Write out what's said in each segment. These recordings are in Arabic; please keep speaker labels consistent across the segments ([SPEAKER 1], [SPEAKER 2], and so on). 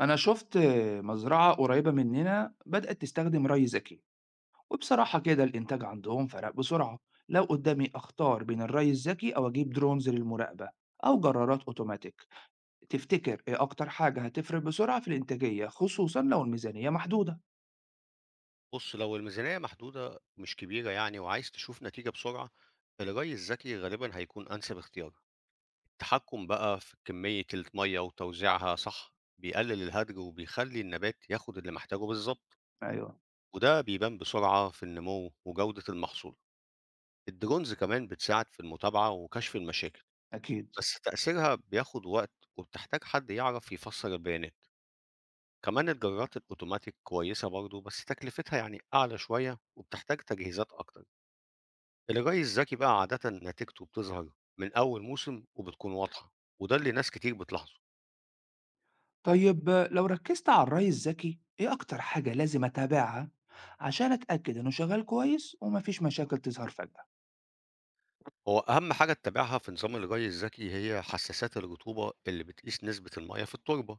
[SPEAKER 1] أنا شُفت مزرعة قريّبة مننا بدأت تستخدم ري ذكي، وبصراحة كده الإنتاج عندهم فرق بسرعة، لو قدامي أختار بين الري الذكي أو أجيب drones للمراقبة أو جرارات أوتوماتيك، تفتكر إيه أكتر حاجة هتفرق بسرعة في الإنتاجية خصوصًا لو الميزانية محدودة؟
[SPEAKER 2] بُص، لو الميزانية محدودة مش كبيرة يعني وعايز تشوف نتيجة بسرعة، الري الذكي غالبًا هيكون أنسب اختيار. التحكم بقى في كمية المَيّة وتوزيعها صح، بيقلل الهدر وبيخلي النبات ياخد اللي محتاجه بالضبط،
[SPEAKER 1] أيوه،
[SPEAKER 2] وده بيبان بسرعة في النمو وجودة المحصول. الدرونز كمان بتساعد في المتابعة وكشف المشاكل،
[SPEAKER 1] أكيد.
[SPEAKER 2] بس تأثيرها بياخد وقت وبتحتاج حد يعرف يفسر البيانات. كمان الجرارات الأوتوماتيك كويسة برضه، بس تكلفتها يعني أعلى شوية وبتحتاج تجهيزات أكتر. الغاء الذكي بقى عادة نتيجته بتظهر من أول موسم وبتكون واضحة، وده اللي ناس كتير بتلاحظه.
[SPEAKER 1] طيب لو ركزت على الري الذكي ايه اكتر حاجة لازم اتابعها عشان اتأكد انه شغال كويس ومفيش مشاكل تظهر فجأة.
[SPEAKER 2] هو أهم حاجة تتابعها في نظام الري الذكي هي حساسات الرطوبة اللي بتقيس نسبة المية في التربة،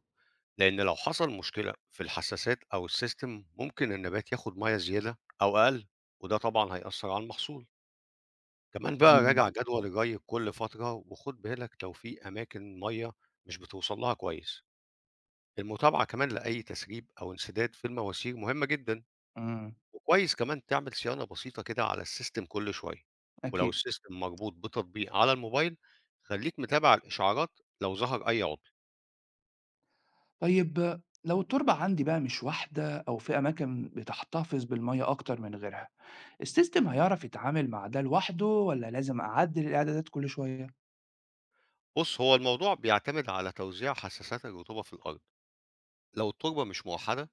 [SPEAKER 2] لأن لو حصل مشكلة في الحساسات أو السيستم ممكن النبات ياخد مية زيادة أو أقل، وده طبعا هيأثر على المحصول. كمان بقى
[SPEAKER 1] مم.
[SPEAKER 2] راجع جدول الري كل فترة وخد بالك لو في أماكن مية مش بتوصل لها كويس. المتابعة كمان لأي تسريب أو انسداد في المواسير مهمة جدا،
[SPEAKER 1] امم.
[SPEAKER 2] وكويس كمان تعمل صيانة بسيطة كده على السيستم كل شوية. ولو
[SPEAKER 1] اكيد.
[SPEAKER 2] السيستم مربوط بتطبيق على الموبايل، خليك متابع الإشعارات لو ظهر أي عطل.
[SPEAKER 1] طيب لو التربة عندي بقى مش واحدة أو في أماكن بتحتفظ بالمية أكتر من غيرها، السيستم هيعرف يتعامل مع ده لوحده ولا لازم أعدل الإعدادات كل شوية؟
[SPEAKER 2] بص، هو الموضوع بيعتمد على توزيع حساسات الرطوبة في الأرض. لو التربة مش موحدة،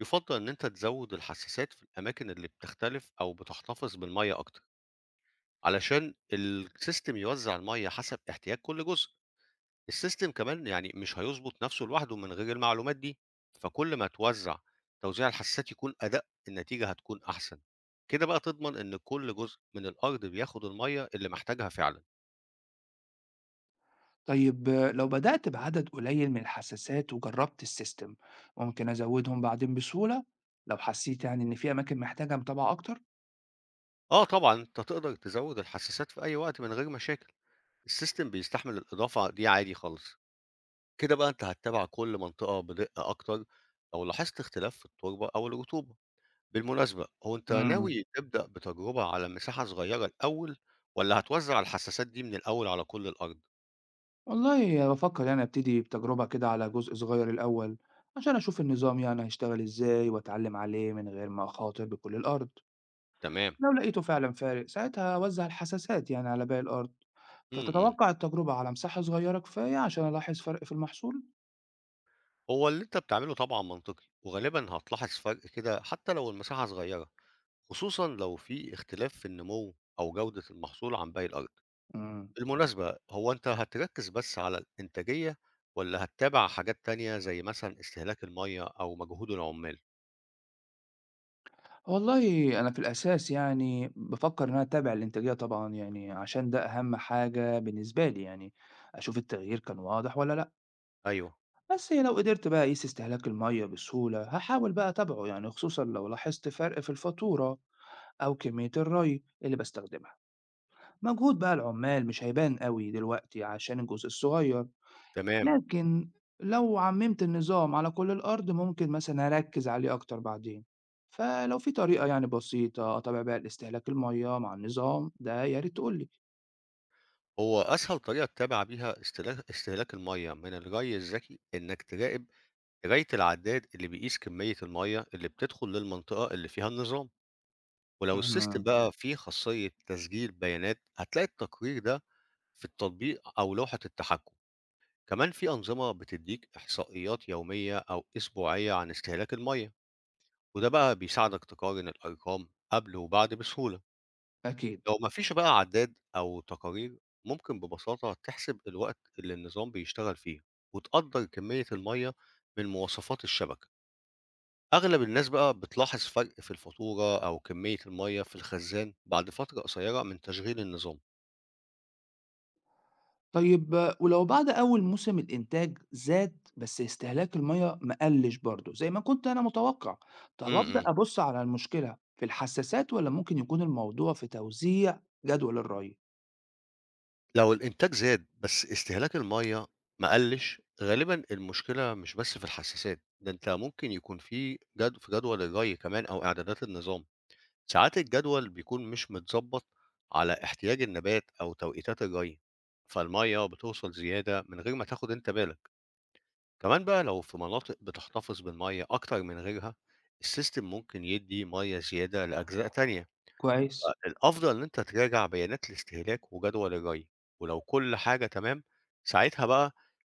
[SPEAKER 2] يفضل إن أنت تزود الحساسات في الأماكن اللي بتختلف أو بتحتفظ بالمية أكتر، علشان السيستم يوزع المية حسب احتياج كل جزء. السيستم كمان يعني مش هيظبط نفسه لوحده من غير المعلومات دي، فكل ما توزيع الحساسات يكون أدق، النتيجة هتكون أحسن. كده بقى تضمن إن كل جزء من الأرض بياخد المية اللي محتاجها فعلا.
[SPEAKER 1] طيب لو بدأت بعدد قليل من الحساسات وجربت السيستم، ممكن أزودهم بعدين بسهولة لو حسيت يعني إن في أماكن محتاجة متابعة أكتر؟
[SPEAKER 2] آه طبعا أنت تقدر تزود الحساسات في أي وقت من غير مشاكل، السيستم بيستحمل الإضافة دي عادي خالص. كده بقى أنت هتتابع كل منطقة بدقة أكتر لو لاحظت اختلاف في التربة أو الرطوبة. بالمناسبة، هو أنت
[SPEAKER 1] امم.
[SPEAKER 2] ناوي تبدأ بتجربة على مساحة صغيرة الأول، والّا هتوزّع الحساسات دي من الأول على كل الأرض؟
[SPEAKER 1] والله بفكر يعني أبتدي بتجربة كده على جزء صغير الأول عشان أشوف النظام يعني هيشتغل إزاي وأتعلم عليه من غير ما أخاطر بكل الأرض.
[SPEAKER 2] تمام،
[SPEAKER 1] لو لقيته فعلا فارق ساعتها أوزع الحساسات يعني على باقي الأرض.
[SPEAKER 2] إمم، إمم.
[SPEAKER 1] فتتوقع التجربة على مساحة صغيرة كفاية عشان ألاحظ فرق في المحصول؟
[SPEAKER 2] هو اللي أنت بتعمله طبعًا منطقي، وغالبًا هتلاحظ فرق كده حتى لو المساحة صغيرة، خصوصًا لو في اختلاف في النمو أو جودة المحصول عن باقي الأرض.
[SPEAKER 1] مم.
[SPEAKER 2] بالمناسبة، هو أنت هتركّز بس على الإنتاجية والّا هتتابع حاجات تانية زي مثلًا استهلاك المَيّة أو مجهود العمّال؟
[SPEAKER 1] والله أنا في الأساس يعني بفكر إن أنا أتابع الإنتاجية طبعا يعني عشان ده أهم حاجة بالنسبة لي يعني أشوف التغيير كان واضح ولا لأ.
[SPEAKER 2] أيوه،
[SPEAKER 1] بس لو قدرت بقى أقيس استهلاك المية بسهولة هحاول بقى أتابعه يعني خصوصا لو لاحظت فرق في الفاتورة أو كمية الري اللي بستخدمها. مجهود بقى العمال مش هيبان قوي دلوقتي عشان الجزء الصغير.
[SPEAKER 2] تمام.
[SPEAKER 1] لكن لو عممت النظام على كل الأرض ممكن مثلا أركز عليه أكتر بعدين، فلو في طريقة يعني بسيطة أتابع بقى الاستهلاك المياه مع النظام ده يا ريت تقولي.
[SPEAKER 2] هو أسهل طريقة تتابع بيها استهلاك المية من الري الذكي إنك تراقب قراية العداد اللي بيقيس كمية المية اللي بتدخل للمنطقة اللي فيها النظام. ولو السيستم
[SPEAKER 1] مهم.
[SPEAKER 2] بقى فيه خاصية تسجيل بيانات، هتلاقي التقرير ده في التطبيق أو لوحة التحكم. كمان في أنظمة بتديك إحصائيات يومية أو أسبوعية عن استهلاك المية، وده بقى بيساعدك تقارن الأرقام قبل وبعد بسهولة.
[SPEAKER 1] أكيد.
[SPEAKER 2] لو ما فيش بقى عداد أو تقارير، ممكن ببساطة تحسب الوقت اللي النظام بيشتغل فيه، وتقدر كمية المَيّة من مواصفات الشبكة. أغلب الناس بقى بتلاحظ فرق في الفاتورة أو كمية المَيّة في الخزان بعد فترة قصيرة من تشغيل النظام.
[SPEAKER 1] طيب آه، ولو بعد أول موسم الإنتاج زاد بس استهلاك المياه ما قلش برضه زي ما كنت أنا متوقع،
[SPEAKER 2] إمم،
[SPEAKER 1] طب أبدأ
[SPEAKER 2] إمم.
[SPEAKER 1] أبص على المشكلة في الحساسات ولا ممكن يكون الموضوع في توزيع جدول الري؟
[SPEAKER 2] لو الإنتاج زاد بس استهلاك المَيّة ما قلّش، غالبًا المشكلة مش بس في الحساسات، ده أنت ممكن يكون في جد في جدول الري كمان أو إعدادات النظام. ساعات الجدول بيكون مش متظبط على احتياج النبات أو توقيتات الري، فالمية بتوصل زيادة من غير ما تاخد انت بالك. كمان بقى لو في مناطق بتحتفظ بالمية أكتر من غيرها، السيستم ممكن يدي مية زيادة لأجزاء تانية.
[SPEAKER 1] كويس.
[SPEAKER 2] الأفضل إن أنت تراجع بيانات الاستهلاك وجدول الري، ولو كل حاجة تمام، ساعتها بقى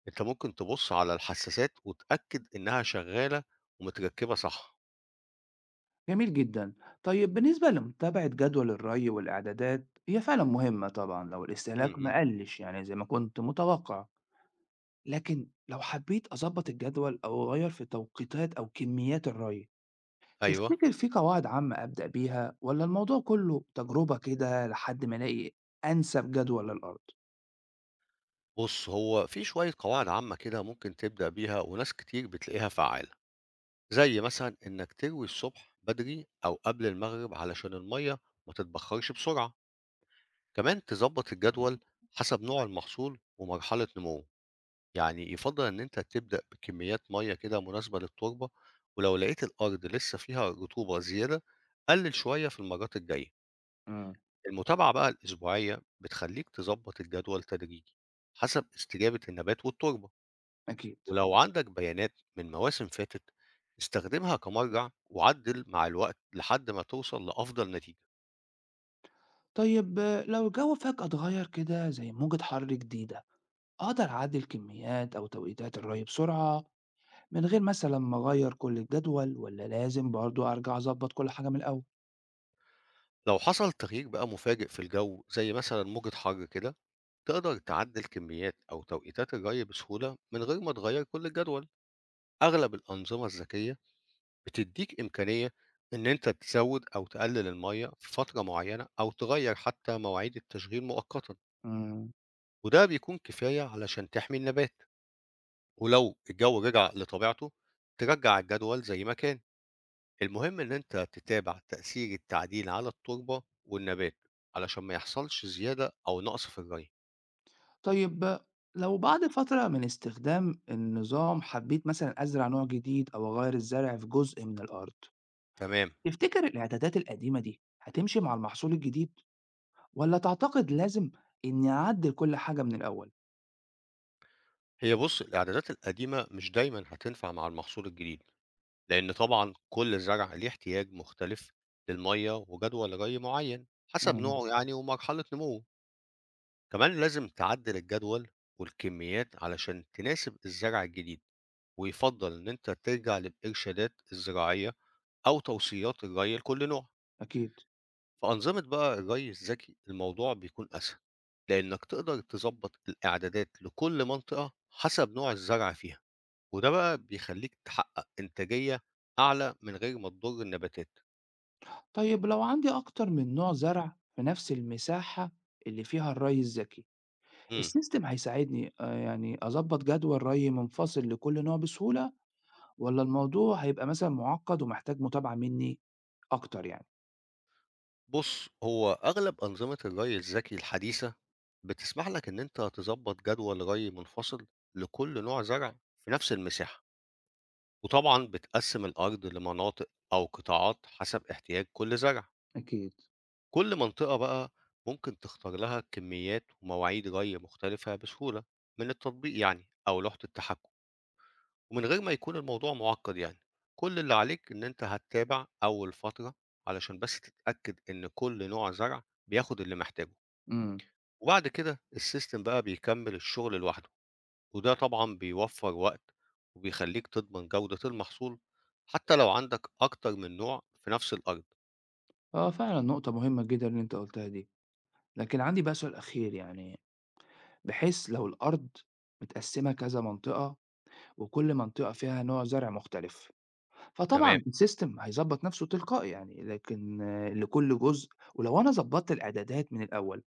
[SPEAKER 2] أنت ممكن تبص على الحساسات وتأكد إنها شغالة ومتركبة صح.
[SPEAKER 1] جميل جدًا. طيب بالنسبة لمتابعة جدول الري والإعدادات، هي فعلًا مهمة طبعًا لو
[SPEAKER 2] م-
[SPEAKER 1] الاستهلاك
[SPEAKER 2] م.
[SPEAKER 1] ما قلِّش يعني زي ما كنت متوقع، لكن لو حبيت أضبّط الجدول أو أغيّر في توقيتات أو كميات الري،
[SPEAKER 2] أيوه.
[SPEAKER 1] تفتكر في قواعد عامة أبدأ بيها والّا الموضوع كُلّه تجربة كده لحد ما ألاقي أنسب جدول للأرض؟
[SPEAKER 2] بُص، هو في شوية قواعد عامة كده ممكن تبدأ بيها وناس كتير بتلاقيها فعّالة، زي مثلًا إنك تروي الصبح بدري أو قبل المغرب علشان المَيّة ما تتبخرش بسرعة، كمان تضبّط الجدول حسب نوع المحصول ومرحلة نموه، يعني يفضّل إن أنت تبدأ بكميات مَيّة كده مناسبة للتربة، ولو لقيت الأرض لسه فيها رطوبة زيادة قلِّل شوية في المرات الجاية.
[SPEAKER 1] إمم.
[SPEAKER 2] المتابعة بقى الأسبوعية بتخلّيك تضبّط الجدول تدريجي حسب استجابة النبات والتربة.
[SPEAKER 1] أكيد.
[SPEAKER 2] ولو عندك بيانات من مواسم فاتت، استخدمها كمرجع وعدل مع الوقت لحد ما توصل لأفضل نتيجة.
[SPEAKER 1] طيب آه، لو الجو فجأة اتغيّر كده زي موجة حَر جديدة، أقدر أعدّل كميات أو توقيتات الري بسرعة من غير مثلًا ما أغيّر كل الجدول والّا لازم برضه أرجع أضبّط كل حاجة من الأول؟
[SPEAKER 2] لو حصل تغيير بقى مفاجئ في الجو زي مثلا موجة حر كده، تقدر تعدل كميات أو توقيتات الري بسهولة من غير ما تغير كل الجدول. أغلب الأنظمة الذكية بتديك إمكانية إن أنت تزود أو تقلل المية في فترة معينة أو تغير حتى مواعيد التشغيل مؤقتا،
[SPEAKER 1] إمم.
[SPEAKER 2] وده بيكون كفاية علشان تحمي النبات. ولو الجو رجع لطبيعته، ترجع الجدول زي ما كان. المهم ان انت تتابع تأثير التعديل على التربة والنبات، علشان ما يحصلش زيادة او نقص في الري.
[SPEAKER 1] طيب لو بعد فترة من استخدام النظام حبّيت مثلًا أزرع نوع جديد أو أغيّر الزرع في جزء من الأرض،
[SPEAKER 2] تمام.
[SPEAKER 1] تفتكر الإعدادات القديمة دي هتمشي مع المحصول الجديد والّا تعتقد لازم إنّي أعدّل كل حاجة من الأول؟
[SPEAKER 2] هي بص، الاعدادات القديمة مش دايما هتنفع مع المحصول الجديد، لان طبعا كل زرع ليه احتياج مختلف للمية وجدول ري معين حسب
[SPEAKER 1] إمم.
[SPEAKER 2] نوعه يعني ومرحلة نموه. كمان لازم تعدل الجدول والكميات علشان تناسب الزرع الجديد، ويفضل إن أنت ترجع للإرشادات الزراعية أو توصيات الري لكل نوع.
[SPEAKER 1] أكيد.
[SPEAKER 2] في أنظمة بقى الري الذكي الموضوع بيكون أسهل، لأنك تقدر تظبط الإعدادات لكل منطقة حسب نوع الزرع فيها، وده بقى بيخليك تحقق إنتاجية أعلى من غير ما تضر النباتات.
[SPEAKER 1] طيب لو عندي أكتر من نوع زرع في نفس المساحة اللي فيها الري الذكي،
[SPEAKER 2] مم.
[SPEAKER 1] السيستم هيساعدني يعني أضبّط جدول رَي منفصل لكل نوع بسهولة والّا الموضوع هيبقى مثلًا مُعقّد ومحتاج متابعة منّي أكتر يعني؟
[SPEAKER 2] بُص، هو أغلب أنظمة الري الذكي الحديثة بتسمح لك إن أنت تضبط جدول ري منفصل لكل نوع زرع في نفس المساحة، وطبعًا بتقسم الأرض لمناطق أو قطاعات حسب احتياج كل زرع،
[SPEAKER 1] أكيد.
[SPEAKER 2] كل منطقة بقى ممكن تختار لها كميات ومواعيد ري مختلفة بسهولة من التطبيق يعني أو لوحة التحكم، ومن غير ما يكون الموضوع معقد يعني، كل اللي عليك إن أنت هتتابع أول فترة علشان بس تتأكد إن كل نوع زرع بياخد اللي محتاجه.
[SPEAKER 1] إمم.
[SPEAKER 2] وبعد كده السيستم بقى بيكمل الشغل لوحده، وده طبعا بيوفر وقت وبيخليك تضمن جودة المحصول حتى لو عندك أكتر من نوع في نفس الأرض.
[SPEAKER 1] آه فعلًا نقطة مهمة جدًا اللي أنت قُلتها دي. لكن عندي بقى سؤال أخير يعني، بحيث لو الأرض متقسّمة كذا منطقة وكل منطقة فيها نوع زرع مختلف،
[SPEAKER 2] تمام.
[SPEAKER 1] فطبعًا السيستم هيضبّط نَفْسه تلقائي يعني، لكن آه، لكل جزء ولو أنا ضبّطت الإعدادات من الأول.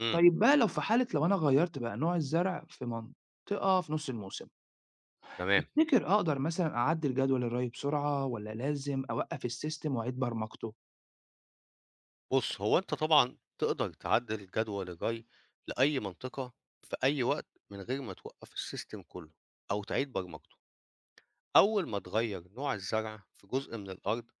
[SPEAKER 2] امم
[SPEAKER 1] طيب بقى لو في حالة لو أنا غيّرت بقى نوع الزرع في منطقة في نُص الموسم،
[SPEAKER 2] تمام.
[SPEAKER 1] تفتكر أقدر مثلًا أعدّل جدول الري بسرعة والّا لازم أوقّف السيستم وأعيد برمجته؟
[SPEAKER 2] بص، هو أنت طبعا تقدر تعدل الجدول الري لأي منطقة في أي وقت من غير ما توقف السيستم كله أو تعيد برمجته. أول ما تغير نوع الزرع في جزء من الأرض،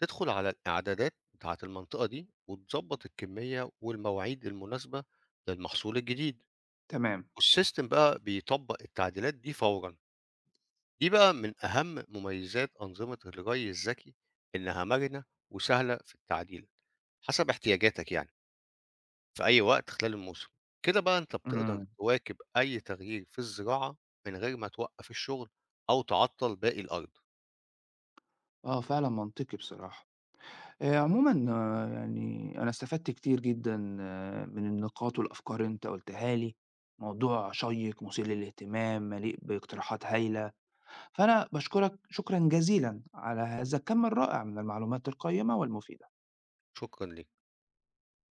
[SPEAKER 2] تدخل على الإعدادات بتاعة المنطقة دي وتظبط الكمية والمواعيد المناسبة للمحصول الجديد.
[SPEAKER 1] تمام.
[SPEAKER 2] والسيستم بقى بيطبّق التعديلات دي فورًا، دي بقى من أهم مميزات أنظمة الري الذكي، إنها مرنة وسهلة في التعديل، حسب احتياجاتك يعني، في أي وقت خلال الموسم. كده بقى أنت بتقدر
[SPEAKER 1] إمم.
[SPEAKER 2] تواكب أي تغيير في الزراعة من غير ما توقّف الشغل أو تعطّل باقي الأرض.
[SPEAKER 1] آه فعلًا منطقي بصراحة. عمومًا آه، يعني أنا استفدت كتير جدًا آه، من النقاط والأفكار اللي أنت قُلتها لي، موضوع شيّق، مُثير للاهتمام، مليء باقتراحات هايلة، فأنا باشكرك شكرًا جزيلًا على هذا الكم الرائع من المعلومات القيّمة والمفيدة.
[SPEAKER 2] شكرًا ليك.